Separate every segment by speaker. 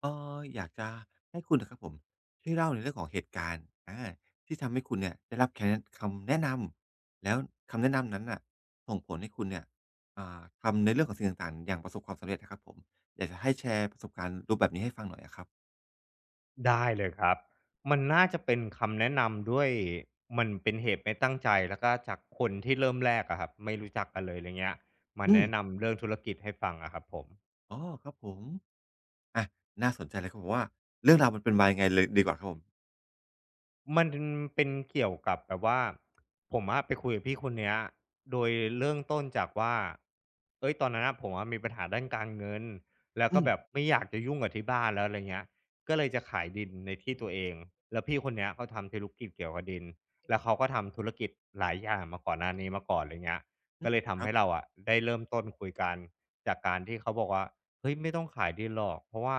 Speaker 1: เอ่ออยากจะให้คุณนะครับผมช่วยเล่าในเรื่องของเหตุการณ์ที่ทำให้คุณเนี่ยได้รับคำแนะนำแล้วคำแนะนำนั้นน่ะส่งผลให้คุณเนี่ยทำในเรื่องของสิ่งต่างๆอย่างประสบความสำเร็จนะครับผมอยากจะให้แชร์ประสบการณ์รูปแบบนี้ให้ฟังหน่อยอะครับ
Speaker 2: ได้เลยครับ มันน่าจะเป็นคำแนะนำด้วยมันเป็นเหตุไม่ตั้งใจแล้วก็จากคนที่เริ่มแรกอะครับไม่รู้จักกันเลยอะไรเงี้ยมา
Speaker 1: อืม
Speaker 2: แนะนำเรื่องธุรกิจให้ฟังอะครับผม
Speaker 1: อ๋อครับผมอะน่าสนใจเลยครับผมว่าเรื่องราวมันเป็นมายังไงเลยดีกว่าครับผม
Speaker 2: มันเป็นเกี่ยวกับแบบว่าผมอะไปคุยกับพี่คนเนี้ยโดยเริ่มต้นจากว่าเอ้ยตอนนั้นอะผมอะมีปัญหาด้านการเงินแล้วก็
Speaker 1: อืม
Speaker 2: แบบไม่อยากจะยุ่งกับที่บ้านแล้วอะไรเงี้ยก็เลยจะขายดินในที่ตัวเองแล้วพี่คนเนี้ยเขาทำธุรกิจเกี่ยวกับดินแล้วเขาก็ทำธุรกิจหลายอย่างมาก่อนหน้านี้มาก่อนอะไรเงี้ย
Speaker 1: อื
Speaker 2: ก็
Speaker 1: ม
Speaker 2: เลย
Speaker 1: ค
Speaker 2: ทำ
Speaker 1: รั
Speaker 2: ให้
Speaker 1: บ
Speaker 2: เราอะได้เริ่มต้นคุยกันจากการที่เขาบอกว่าเฮ้ยไม่ต้องขายดินหรอกเพราะว่า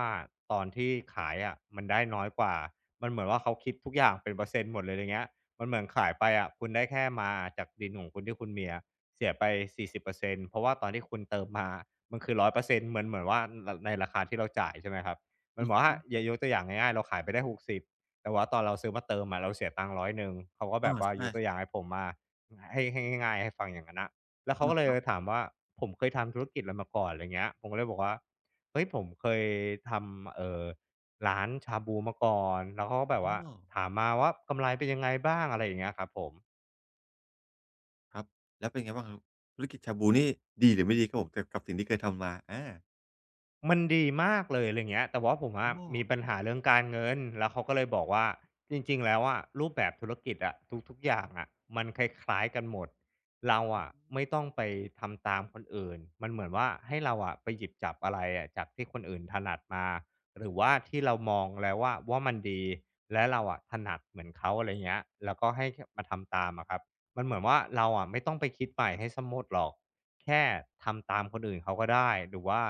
Speaker 2: ตอนที่ขายอะมันได้น้อยกว่า มันเหมือนว่าเขาคิดทุกอย่างเป็นเปอร์เซ็นต์หมดเลยอะไรเงี้ยมันเหมือนขายไปอะคุณได้แค่มาจากดินของคุณที่คุณมีอะเสียไป40%เพราะว่าตอนที่คุณเติมมามันคือ100%เปอร์เซ็นต์เหมือนว่ารในราคาที่เราจ่ายใช่ไหมครับมันเหมือนว่า
Speaker 1: อื
Speaker 2: อ
Speaker 1: ม
Speaker 2: ย่ายกตัวอย่างง่ายๆเราขายไปได้หกสิบแต่ว่าตอนเราซื้อมาเติมอะเราเสียตังค์ร้อยหนึ่งเขาก็แบ
Speaker 1: อา
Speaker 2: บว่าย
Speaker 1: ใช่
Speaker 2: กตัวอย่างให้ผมมาให้ง่ายๆให้ฟังอย่างนั้นน่ะแล้ว
Speaker 1: ๆ
Speaker 2: เขา
Speaker 1: อา
Speaker 2: ก็เล
Speaker 1: ค
Speaker 2: ย
Speaker 1: รับ
Speaker 2: ถามว่าผมเคยทำธุรกิจอะไรมาก่อนอะไรเงี้ยผมก็เลยบอกว่าเฮ้ยผมเคยทำร้านชาบูมาก่อนแล้วเขาก็แบบ
Speaker 1: อ๋
Speaker 2: ว่า
Speaker 1: อ
Speaker 2: ถามมาว่ากำไรเป็นยังไงบ้างอะไรอย่างเงี้ยครับผม
Speaker 1: ครับแล้วเป็นไงบ้างครับธุรกิจชาบูนี่ดีหรือไม่ดีครับผมกับสิ่งที่เคยทำมา
Speaker 2: มันดีมากเลยอะไรเงี้ยแต่ว่าผมอะ
Speaker 1: อ้อ
Speaker 2: มีปัญหาเรื่องการเงินแล้วเขาก็เลยบอกว่าจริงๆแล้วอะรูปแบบธุรกิจอะทุกๆอย่างอะมันคล้ายๆกันหมดเราอะไม่ต้องไปทำตามคนอื่นมันเหมือนว่าให้เราอะไปหยิบจับอะไรอะจากที่คนอื่นถนัดมาหรือว่าที่เรามองแล้วว่ามันดีและเราอะถนัดเหมือนเขาอะไรเงี้ยแล้วก็ให้คมาทำตามอะครับมันเหมือนว่าเราอะไม่ต้องไปคิดใหม่ให้เสียหมดหรอกแค่ทำตามคนอื่นเขาก็ได้หรือว่า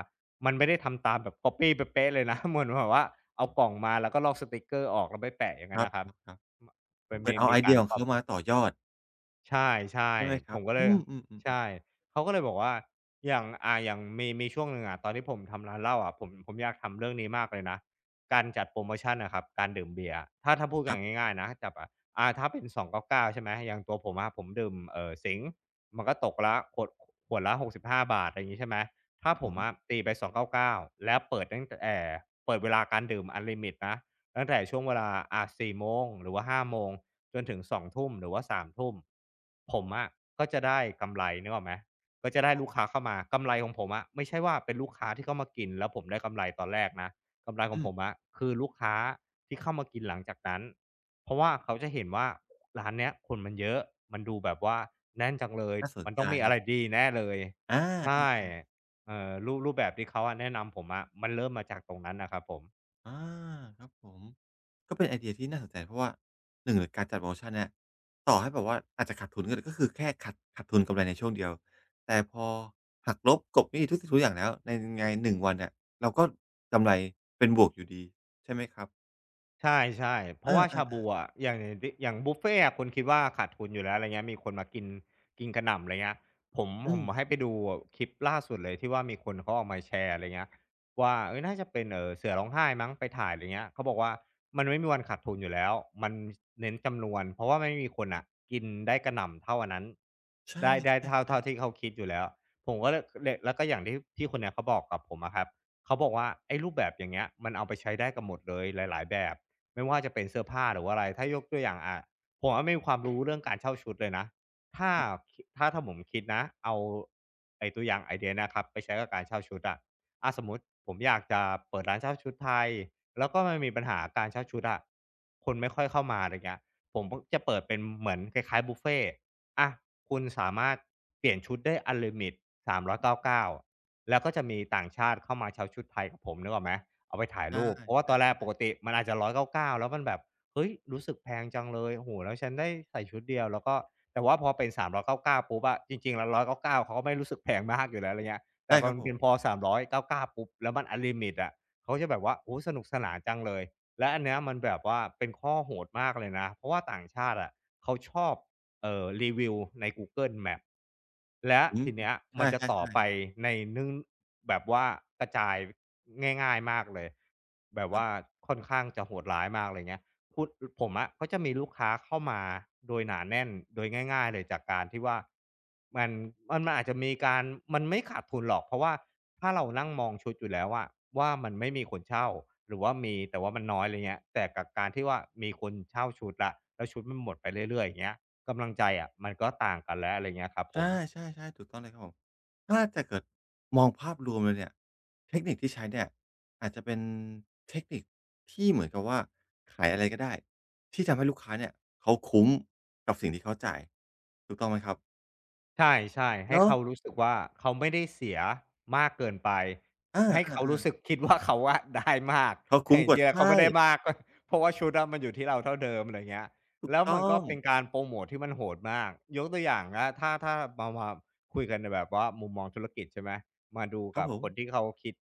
Speaker 2: มันไม่ได้ทำตามแบบ copy เป๊ะๆเลยนะ เหมือนแบบว่าเอากล่องมาแล้วก็ลอกสติกเกอร์ออกแล้วไปแปะอย่าง
Speaker 1: ค
Speaker 2: งั้น
Speaker 1: รับ
Speaker 2: น่ะครับ
Speaker 1: ครับ
Speaker 2: มมั
Speaker 1: ๆ
Speaker 2: น
Speaker 1: เหมือ
Speaker 2: มี
Speaker 1: นเอา
Speaker 2: มี
Speaker 1: ไอเดี
Speaker 2: การ
Speaker 1: ยขอ ง
Speaker 2: ป๊อ
Speaker 1: เขามา
Speaker 2: บ
Speaker 1: ต่อยอด
Speaker 2: ใช่
Speaker 1: ใช่ไหมค
Speaker 2: ๆผ
Speaker 1: รับ
Speaker 2: มก็เล
Speaker 1: อื
Speaker 2: ย
Speaker 1: มอือๆ
Speaker 2: ใช่
Speaker 1: ๆ
Speaker 2: เขาก็เลยบอกว่าอย่างอย่างมีช่วงหนึ่งอะตอนที่ผมทำร้านเหล้าอะผมอยากทำเรื่องนี้มากเลยนะการจัดโพรโมชันน่ะครับการดื่มเบียร์อะถ้าพูดกั
Speaker 1: ค
Speaker 2: น
Speaker 1: รับ
Speaker 2: ง่ายๆนะจับอะถ้าเป็น299ใช่ไหมอย่างตัวผมอะผมดื่มสิงห์มันก็ตกละขวดขวดละ65บห้าบาทอะไรอย่างงี้ใช่ไหมถ้า
Speaker 1: ค
Speaker 2: ผ
Speaker 1: รับ
Speaker 2: ม
Speaker 1: ผ
Speaker 2: อะ
Speaker 1: ม
Speaker 2: ตีไป299แล้วเปิดตั้งแต่เปิดเวลาการดื่มอันลิมิตนะตั้งแต่ช่วงเวลา4 โมงหรือว่า5 โมง จนถึง2ุ่มหรือว่า3 ทุ่มผมอะก็จะได้กำไรนึกออกไหมก็จะ
Speaker 1: ครับ
Speaker 2: ได้
Speaker 1: ผ
Speaker 2: ลู
Speaker 1: ม
Speaker 2: กค้าเข้ามากำไรของผมอะไม่ใช่ว่าเป็นลูกค้าที่เข้ามากินแล้วผมได้กำไรตอนแรกนะกำไรขอ
Speaker 1: อื
Speaker 2: งผ
Speaker 1: ม
Speaker 2: มอะคือลูกค้าที่เข้ามากินหลังจากนั้นเพราะว่าเขาจะเห็นว่าร้านเนี้ยคนมันเยอะมันดูแบบว่าแน่นจังเลย
Speaker 1: น่าสน
Speaker 2: มันต้
Speaker 1: ใจ
Speaker 2: องมีอะไรดีแน่เลย
Speaker 1: อ
Speaker 2: ใช่
Speaker 1: าออ
Speaker 2: รูปแบบที่เขาอะแนะนำผมอะมันเริ่มมาจากตรงนั้นนะครับผม
Speaker 1: าครับผมก็เป็นไอเดียที่น่าสนใจเพราะว่าหนึ1เลยการจัดโพรโมชันเนี่ยต่อให้แบบว่าอาจจะขาดทุนก็คือแค่ขาดทุนกำไรในช่วงเดียวแต่พอหักลบกลบหนี้ทุกสิ่งทุกอย่างแล้วในยังไง1วันเนี่ยเราก็กำไรเป็นบวกอยู่ดีใช่ไหมครับ
Speaker 2: ใช่ๆเพ
Speaker 1: เอ
Speaker 2: ราะว่าชาบู
Speaker 1: อๆ
Speaker 2: อะอย่างอย่างที่อย่างบุฟเฟต์อะคุณคิดว่าขาดทุนอยู่แล้วอะไรเงี้ยมีคนมากินกินกระหน่ำอะไรเงี้ยผม
Speaker 1: ๆ
Speaker 2: ผ
Speaker 1: อื
Speaker 2: ม
Speaker 1: ม
Speaker 2: ให้ไปดูคลิปล่าสุดเลยที่ว่ามีคนเขาออกมาแชร์อะไรเงี้ยว่าเฮ้ยน่าจะเป็นเสือร้องไห้มั้งไปถ่ายอะไรเงี้ยเขาบอกว่ามันไม่มีวันขาดทุนอยู่แล้วมันเน้นจำนวนเพราะว่าไม่มีคนน่ะกินได้กระหน่ำเท่าอันนั้น
Speaker 1: ใช่
Speaker 2: ได้เท่าที่
Speaker 1: ๆ
Speaker 2: เขาคิดอยู่แล้วผมก็เลยแล้วก็อย่างที่คนเนี้ยเขาบอกกับผมอะครับเขาบอกว่าไอ้รูปแบบอย่างเงี้ยมันเอาไปใช้ได้กับหมดเลยหลายๆแบบ ไม่ว่าจะเป็นเสื้อผ้าหรือว่าอะไรถ้ายกตัวอย่างผมอะไม่มีความรู้เรื่องการเช่าชุดเลยนะถ้าถ้าผมคิดนะเอาไอ้ตัวอย่างไอเดียเนี้ยครับ ไปใช้กับการเช่าชุดอะสมมุติผมอยากจะเปิดร้านเช่าชุดไทย แล้วก็มันมีปัญหาการเช่าชุดอะคนไม่ค่อยเข้ามาอะไรเงี้ยผมก็จะเปิดเป็นเหมือนคล้ายๆบุฟเฟต์อะคุณสามารถเปลี่ยนชุดได้อันลิมิต399แล้วก็จะมีต่างชาติเข้ามาเช่าชุดไทยกับผมนึกออกไหม เอาไปถ่าย
Speaker 1: ๆ
Speaker 2: รู
Speaker 1: ได้
Speaker 2: ป เพราะว่า
Speaker 1: ใช
Speaker 2: ตอนแรกป
Speaker 1: ่
Speaker 2: ก
Speaker 1: ๆ
Speaker 2: ติมันอาจจะ199แล้วมันแบบเฮ้ยรู้สึกแพงจังเลยโอ้โฮแล้วฉันได้ใส่ชุดเดียวแล้วก็แต่ว่าพอเป็น399ปุ๊บอะจริงๆแล้ว199เก้าเก้าเขาก็ไม่รู้สึกแพงมากอยู่แล้วอะไรเงี้ยแต่
Speaker 1: ได้
Speaker 2: พ
Speaker 1: ค
Speaker 2: อ
Speaker 1: รับ
Speaker 2: มัน
Speaker 1: ผ
Speaker 2: เป็นพ
Speaker 1: ม
Speaker 2: อสามร้อยเก้าเก้าปุ๊บแล้วมันอันลิมิตอะเขาจะแบบว่าโอ้โฮสนุกสนานจังเลยและอันเนี้ยมันแบบว่าเป็นข้อโหดมากเลยนะเพราะว่าต่างชาติอะเขาชอบ รีวิวในกูเกิลแมปและ
Speaker 1: อืม
Speaker 2: ทีเนี้ยมั
Speaker 1: ใช่
Speaker 2: นจะต่อ
Speaker 1: ๆๆ
Speaker 2: ไป
Speaker 1: ครับ
Speaker 2: ในนึ่งแบบว่ากระจายง่ายๆมากเลยแบบ
Speaker 1: ครั
Speaker 2: ว่า
Speaker 1: บ
Speaker 2: ค่อนข้างจะโหดร้ายมากเลยเงี้ยพูดผมอะก็จะมีลูกค้าเข้ามาโดยหนาแน่นโดยง่ายๆเลยจากการที่ว่ามันมันอาจจะมีการมันไม่ขาดทุนหรอกเพราะว่าถ้าเรานั่งมองชุดอยู่แล้วอะว่ามันไม่มีคนเช่าหรือว่ามีแต่ว่ามันน้อยอะไรเงี้ยแต่กับการที่ว่ามีคนเช่าชุดละแล้วชุดมันหมดไปเรื่อยๆอย่างเงี้ย กำลังใจอะมันก็ต่างกันแล้วอะไรเงี้ยครับผม
Speaker 1: ใช่ๆๆถูกต้องเลยครับผมถ้าจะเกิดมองภาพรวมเลยเนี่ยเทคนิคที่ใช้เนี่ยอาจจะเป็นเทคนิคที่เหมือนกับว่าขายอะไรก็ได้ที่ทำให้ลูกค้าเนี่ยเขาคุ้มกับสิ่งที่เขาจ่ายถูกต้องไหมครับ
Speaker 2: ใช่ๆให้
Speaker 1: เนาะ
Speaker 2: เขารู้สึกว่าเขาไม่ได้เสียมากเกินไปให้เขารู้
Speaker 1: อา
Speaker 2: สึกคิดว่าเขาอะได้มา
Speaker 1: ๆ
Speaker 2: ก
Speaker 1: ๆเขา
Speaker 2: แต่
Speaker 1: คุ้ม
Speaker 2: จ
Speaker 1: กว่า
Speaker 2: ริงๆอะเขา
Speaker 1: ใช่
Speaker 2: ไม่ได้มากก็เพราะว่าชุดอะมันอยู่ที่เราเท่าเดิมอะไรเงี้ย
Speaker 1: ถูก
Speaker 2: แล้วมัน
Speaker 1: ต้อ
Speaker 2: ก็
Speaker 1: ง
Speaker 2: เป็นการโพรโมตที่มันโหดมากยกตัวอย่างนะถ้ามาคุยกันในแบบว่ามุมมองธุรกิจใช่ไหมมาดู
Speaker 1: ครั
Speaker 2: กั
Speaker 1: บ
Speaker 2: บ
Speaker 1: ผ
Speaker 2: คนที่
Speaker 1: ม
Speaker 2: เขาคิด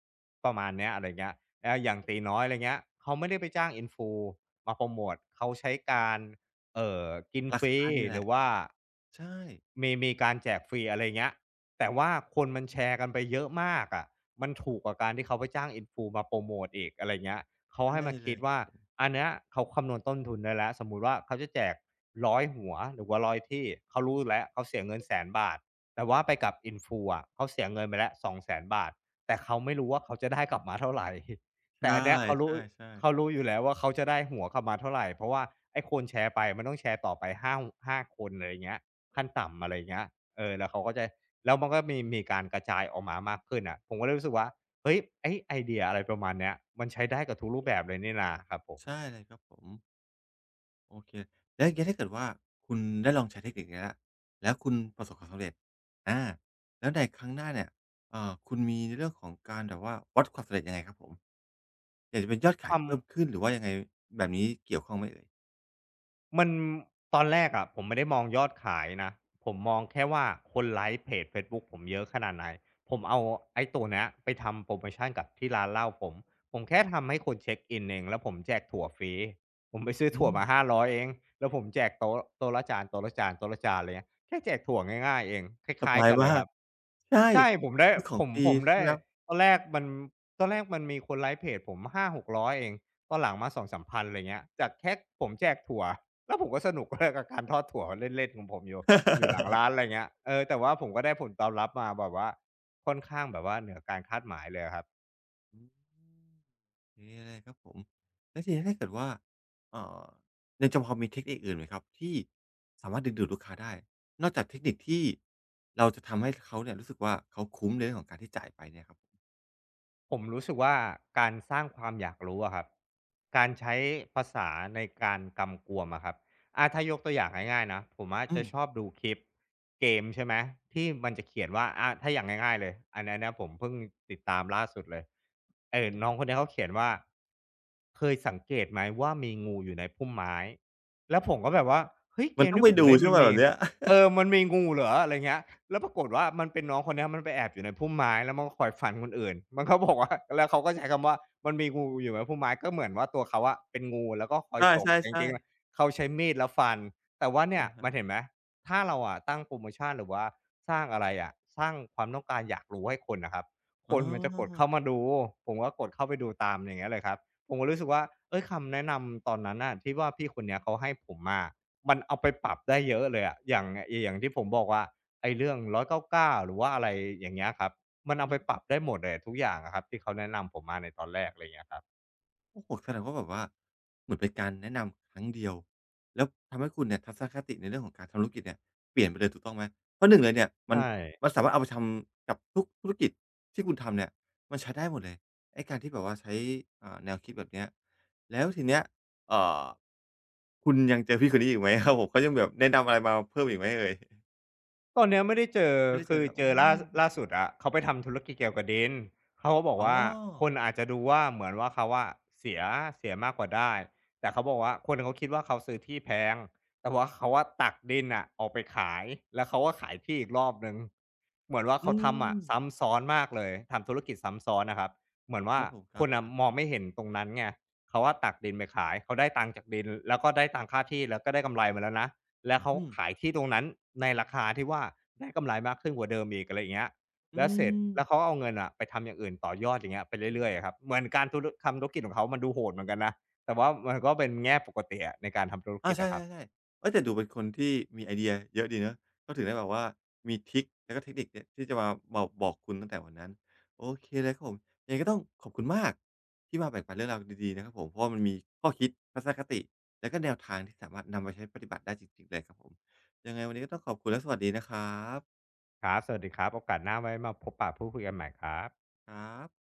Speaker 2: ประมาณเนี้ยอะไรเงี้ยอาอย่างตีน้อยอะไรเงี้ยเขาไม่ได้ไปจ้าง Influ มาโพรโมตเขาใช้การ เอ่อกิน
Speaker 1: รา
Speaker 2: ฟรี
Speaker 1: คานี่แห
Speaker 2: หรื
Speaker 1: ละ
Speaker 2: อว่า
Speaker 1: ใช่
Speaker 2: มีการแจกฟรีอะไรเงี้ยแต่ว่าคนมันแชร์กันไปเยอะมากอะมันถูกกว่าการที่เขาไปจ้าง Influ มาโปรโมตอีกอะไรเงี้ยเขาให้
Speaker 1: ใช่
Speaker 2: มา
Speaker 1: เล
Speaker 2: คิดว่า
Speaker 1: ย
Speaker 2: อันเนี้ยเขาคำนวณต้นทุนได้แล้วสมมุติว่าเขาจะแจกร้อยหัวหรือว่าร้อยที่เขารู้อยู่แล้วเขาเสียเงินแสนบาทแต่ว่าไปกับ Influ อะเขาเสียเงินไปแล้ว20,000บาทแต่เขาไม่รู้ว่าเขาจะได้กลับมาเท่าไร
Speaker 1: ใ
Speaker 2: แต่อันเนี้ยเขารู้
Speaker 1: ช่ๆ
Speaker 2: เขา
Speaker 1: ๆ
Speaker 2: รู้อยู่แล้วว่าเขาจะได้หัวกลับมาเท่าไหร่เพราะว่าไอ้คนแชร์ไปมันต้องแชร์ต่อไปห้าหาคนอะไรอย่างเงี้ยขั้นต่ำอะไรอย่างเงี้ยเออแล้วเขาก็จะแล้วมันก็มีการกระจายออกมามากขึ้นอะผมก็เลยรู้สึกว่าเฮ้ยไอ้ไอเดียอะไรประมาณเนี้ยมันใช้ได้กับทุกรูปแบบเลยนี่นาครับผม
Speaker 1: ใช่เลยครับผม โอเค แล้วอย่างเงี้ยถ้าเกิดว่าคุณได้ลองใช้เทคนิคนี้แล้ว แล้วคุณประสบความสำเร็จอาแล้วในครั้งหน้าเนี่ยคุณมีในเรื่องของการแบบว่าวัดความสำเร็จยังไงครับผม อยากจะเป็นยอดขาย
Speaker 2: ค
Speaker 1: ที่เพิ่ม
Speaker 2: วาม
Speaker 1: ขึ้นหรือว่ายังไงแบบนี้เกี่ยวข้องไหมเอ่ย
Speaker 2: มันตอนแรกอะผมไม่ได้มองยอดขายนะผมมองแค่ว่าคนไลก์เพจเฟซบุ๊กผมเยอะขนาดไหนผมเอาไอ้ตัวเนี้ยไปทำโพรโมชันกับที่ร้านเหล้าผมผมแค่ทำให้คนเช็กอินเองแล้วผมแจกถั่วฟรีผมไปซื้อ
Speaker 1: อื
Speaker 2: ถั่ว
Speaker 1: ม
Speaker 2: มา500เองแล้วผมแจกโต๊ะโต๊ะละจานโต๊ะละจานโต๊ะละจานไรเงี้ยแค่แจกถั่วง่ายๆเองค
Speaker 1: ส
Speaker 2: ล้าย
Speaker 1: บา
Speaker 2: ๆ
Speaker 1: ย
Speaker 2: กันเลย
Speaker 1: มา
Speaker 2: ค
Speaker 1: ก
Speaker 2: รับ
Speaker 1: ใช่
Speaker 2: ใช่ผมได้
Speaker 1: คือขอ
Speaker 2: ผ
Speaker 1: ง
Speaker 2: ม
Speaker 1: ฟรี
Speaker 2: ผม
Speaker 1: ใช่
Speaker 2: ได้
Speaker 1: ไหมครับ
Speaker 2: ตอนแรกมันตอนแรกมันมีคนไลก์เพจผม5กร6 0 0เองตอนหลังมา2ามพ3นอะไรเงี้ยจากแค่ผมแจกถั่ว แล้วผมก็สนุกด้วยกับการทอดถั่วเล่นๆของผมอยู่อยู่หลัง ร้านอะไรเงี้ยเออแต่ว่าผมก็ได้ผลตอบรับมาแบบว่าค่อนข้างแบบว่าเหนือการคาดหมายเลยอะครับ
Speaker 1: อืมดีเคเลยครับผมแล้วทีนี้ถ้าเกิดว่าเอ่อในจอพอมีเทคนิคอื่นไหมครับที่สามารถดึงดูดลูกค้าได้ นอกจากเทคนิคที่เราจะทำให้เขาเนี่ยรู้สึกว่าเขาคุ้มในเรื่องของการที่จ่ายไปเนี่ยครับผม
Speaker 2: ผมรู้สึกว่าการสร้างความอยากรู้อะครับการใช้ภาษาในการกำกวมอะครับอาถ้ายกตัวอย่างง่ายๆนะผมอะ
Speaker 1: อื
Speaker 2: จะ
Speaker 1: ม
Speaker 2: ชอบดูคลิปเกมใช่ไหมที่มันจะเขียนว่าอะถ้าอย่างง่ายๆเลยอันนั้นนะผมเพิ่งติดตามล่าสุดเลยเออน้องคนนี้ยเขาเขียนว่าเคยสังเกตไหมว่ามีงูอยู่ในพุ่มไม้แล้วผมก็แบบว่าเฮ้ยเก
Speaker 1: มัน
Speaker 2: ม
Speaker 1: ต้อง
Speaker 2: ที่
Speaker 1: ไป
Speaker 2: ผม
Speaker 1: ดู
Speaker 2: เล่น
Speaker 1: ใช่
Speaker 2: มัน
Speaker 1: เปล่า
Speaker 2: มี
Speaker 1: แบบเนี้ย
Speaker 2: เออ มันมีงูเหรออะไรเงี้ยแล้วปรากฏว่ามันเป็นน้องคนเนี้ยมันไปแอบอยู่ในพุ่มไม้แล้วมันก็คอยฟันคนอื่นมันก็บอกว่าแล้วเขาก็ใช้คำว่ามันมีงูอยู่ในพุ่มไม้ก็เหมือนว่าตัวเขาอะเป็นงูแล้วก็คอ
Speaker 1: ใช
Speaker 2: ยฉกแต่จ
Speaker 1: ่
Speaker 2: ริงๆ
Speaker 1: ๆ
Speaker 2: อะ
Speaker 1: ๆ
Speaker 2: เขาใช้มีดแล้วฟันแต่ว่าเนี่ย
Speaker 1: อะฮะ
Speaker 2: มันเห็นไหมถ้าเราอะตั้งโพรโมชันหรือว่าสร้างอะไรอะสร้างความต้องการอยากรู้ให้คนน่ะครับค
Speaker 1: อ๋อ
Speaker 2: นมันจะกดเข้ามาดูผมก็กดเข้าไปดูตามอย่างเงี้ยเลยครับผมก็รู้สึกว่าเฮ้ยคำแนะนำตอนนั้นน่ะที่ว่าพี่คนเนี้ยเขาให้ผมมา มันเอาไปปรับได้เยอะเลยอะอย่างที่ผมบอกว่าไอ้เรื่อง199หรือว่าอะไรอย่างเงี้ยครับมัน
Speaker 1: อือ
Speaker 2: เอา
Speaker 1: ฮึ
Speaker 2: ไปปรับได้หมดเลยทุกอย่างอะครับที่เขาแนะนำผมมาในตอนแรกอะไรอย่างเงี้ยครับ
Speaker 1: โอ้โฮแสดงว่าแบบว่าเหมือนเป็นการแนะนำครั้งเดียวแล้วทำให้คุณเนี่ยทัศนคติในเรื่องของการทำธุรกิจเนี่ยเปลี่ยนไปเลยถูกต้องไหมเพราะหนึ่งเลยเนี่ย
Speaker 2: ใช่
Speaker 1: มันสามารถเอาไปทำกับทุกธุรกิจที่คุณทำเนี่ยมันใช้ได้หมดเลยไอ้การที่แบบว่าใช้แนวคิดแบบเนี้ยแล้วทีเนี้ยเอ่อคุณยังเจอพี่คนนี้อีกไหม ครับผมเขายังแบบแนะนำอะไรมาเพิ่มอีกไหมเอ่ย
Speaker 2: ตอนเนี้ยไม่ได้เจอ
Speaker 1: ไม่ได้เจ
Speaker 2: คื
Speaker 1: อ
Speaker 2: อ
Speaker 1: แล้ว
Speaker 2: เจ
Speaker 1: อื
Speaker 2: อล่า
Speaker 1: ม
Speaker 2: ล่าสุดอะเขาไปทำธุรกิจเกี่ยวกับดินเขาก็บอก
Speaker 1: อ๋อ
Speaker 2: ว่าคนอาจจะดูว่าเหมือนว่าเขาอะเสียเสียมากกว่าได้แต่เขาบอกว่าคนเขาคิดว่าเขาซื้อที่แพงแต่ว่าเขาอะตักดินน่ะออกไปขายแล้วเขาก็ขายที่อีกรอบหนึ่งเหมือนว่า
Speaker 1: อื
Speaker 2: เขาทำ
Speaker 1: ม
Speaker 2: อะซ้ำซ้อนมากเลยทำธุรกิจซ้ำซ้อนน่ะครับเหมือนว่า
Speaker 1: ครับผมค
Speaker 2: คนน่ะ
Speaker 1: รับ
Speaker 2: มอง
Speaker 1: ๆ
Speaker 2: ไม่เห็นตรงนั้นไงเขาอะตักดินไปขายเขาได้ตังค์จากดินแล้วก็ได้ตังค่าที่แล้วก็ได้กำไรมาแล้วนะ แล้วเขา
Speaker 1: อืม
Speaker 2: ขายที่ตรงนั้นในราคาที่ว่าได้กำไรมากขึ้นกว่าเดิมอีกอะไรอย่างเงี้ย
Speaker 1: อื
Speaker 2: แล้วเสร็จแล้วเขา
Speaker 1: ม
Speaker 2: ก็เอาเงินอะไปทำอย่างอื่นต่อยอดอย่างเงี้ยไปเรื่อยๆอะครับเหมือนการทำธุรกิจของเขามันดูโหดเหมือนกันนะแต่ว่ามันก็เป็นแง่ปกติอะในการทำธุร
Speaker 1: อา
Speaker 2: กิจอะครับ
Speaker 1: ใช่ๆๆเฮ้ยแต่ดูเป็นคนที่มีไอเดียเยอะดีเนาะก็ถึงได้แบบว่ามีทริกแล้วก็เทคนิคเนี่ยที่จะมาบอกคุณตั้งแต่วันนั้นโอเคเลยครับผมยังไงก็ต้องขอบคุณมากที่มาแบ่งปันเรื่องราวดีๆนะครับผมเพราะว่ามันมีข้อคิดทัศนคติแล้วก็แนวทางที่สามารถนำไปใช้ปฏิบัติได้จริงๆเลยครับผมยังไงวันนี้ก็ต้องขอบคุณและสวัสดีนะครับ
Speaker 2: ครับสวัสดีครับโอกาสหน้าไว้มาพบปะพูดคุยกันใหม่ครับ
Speaker 1: ครับ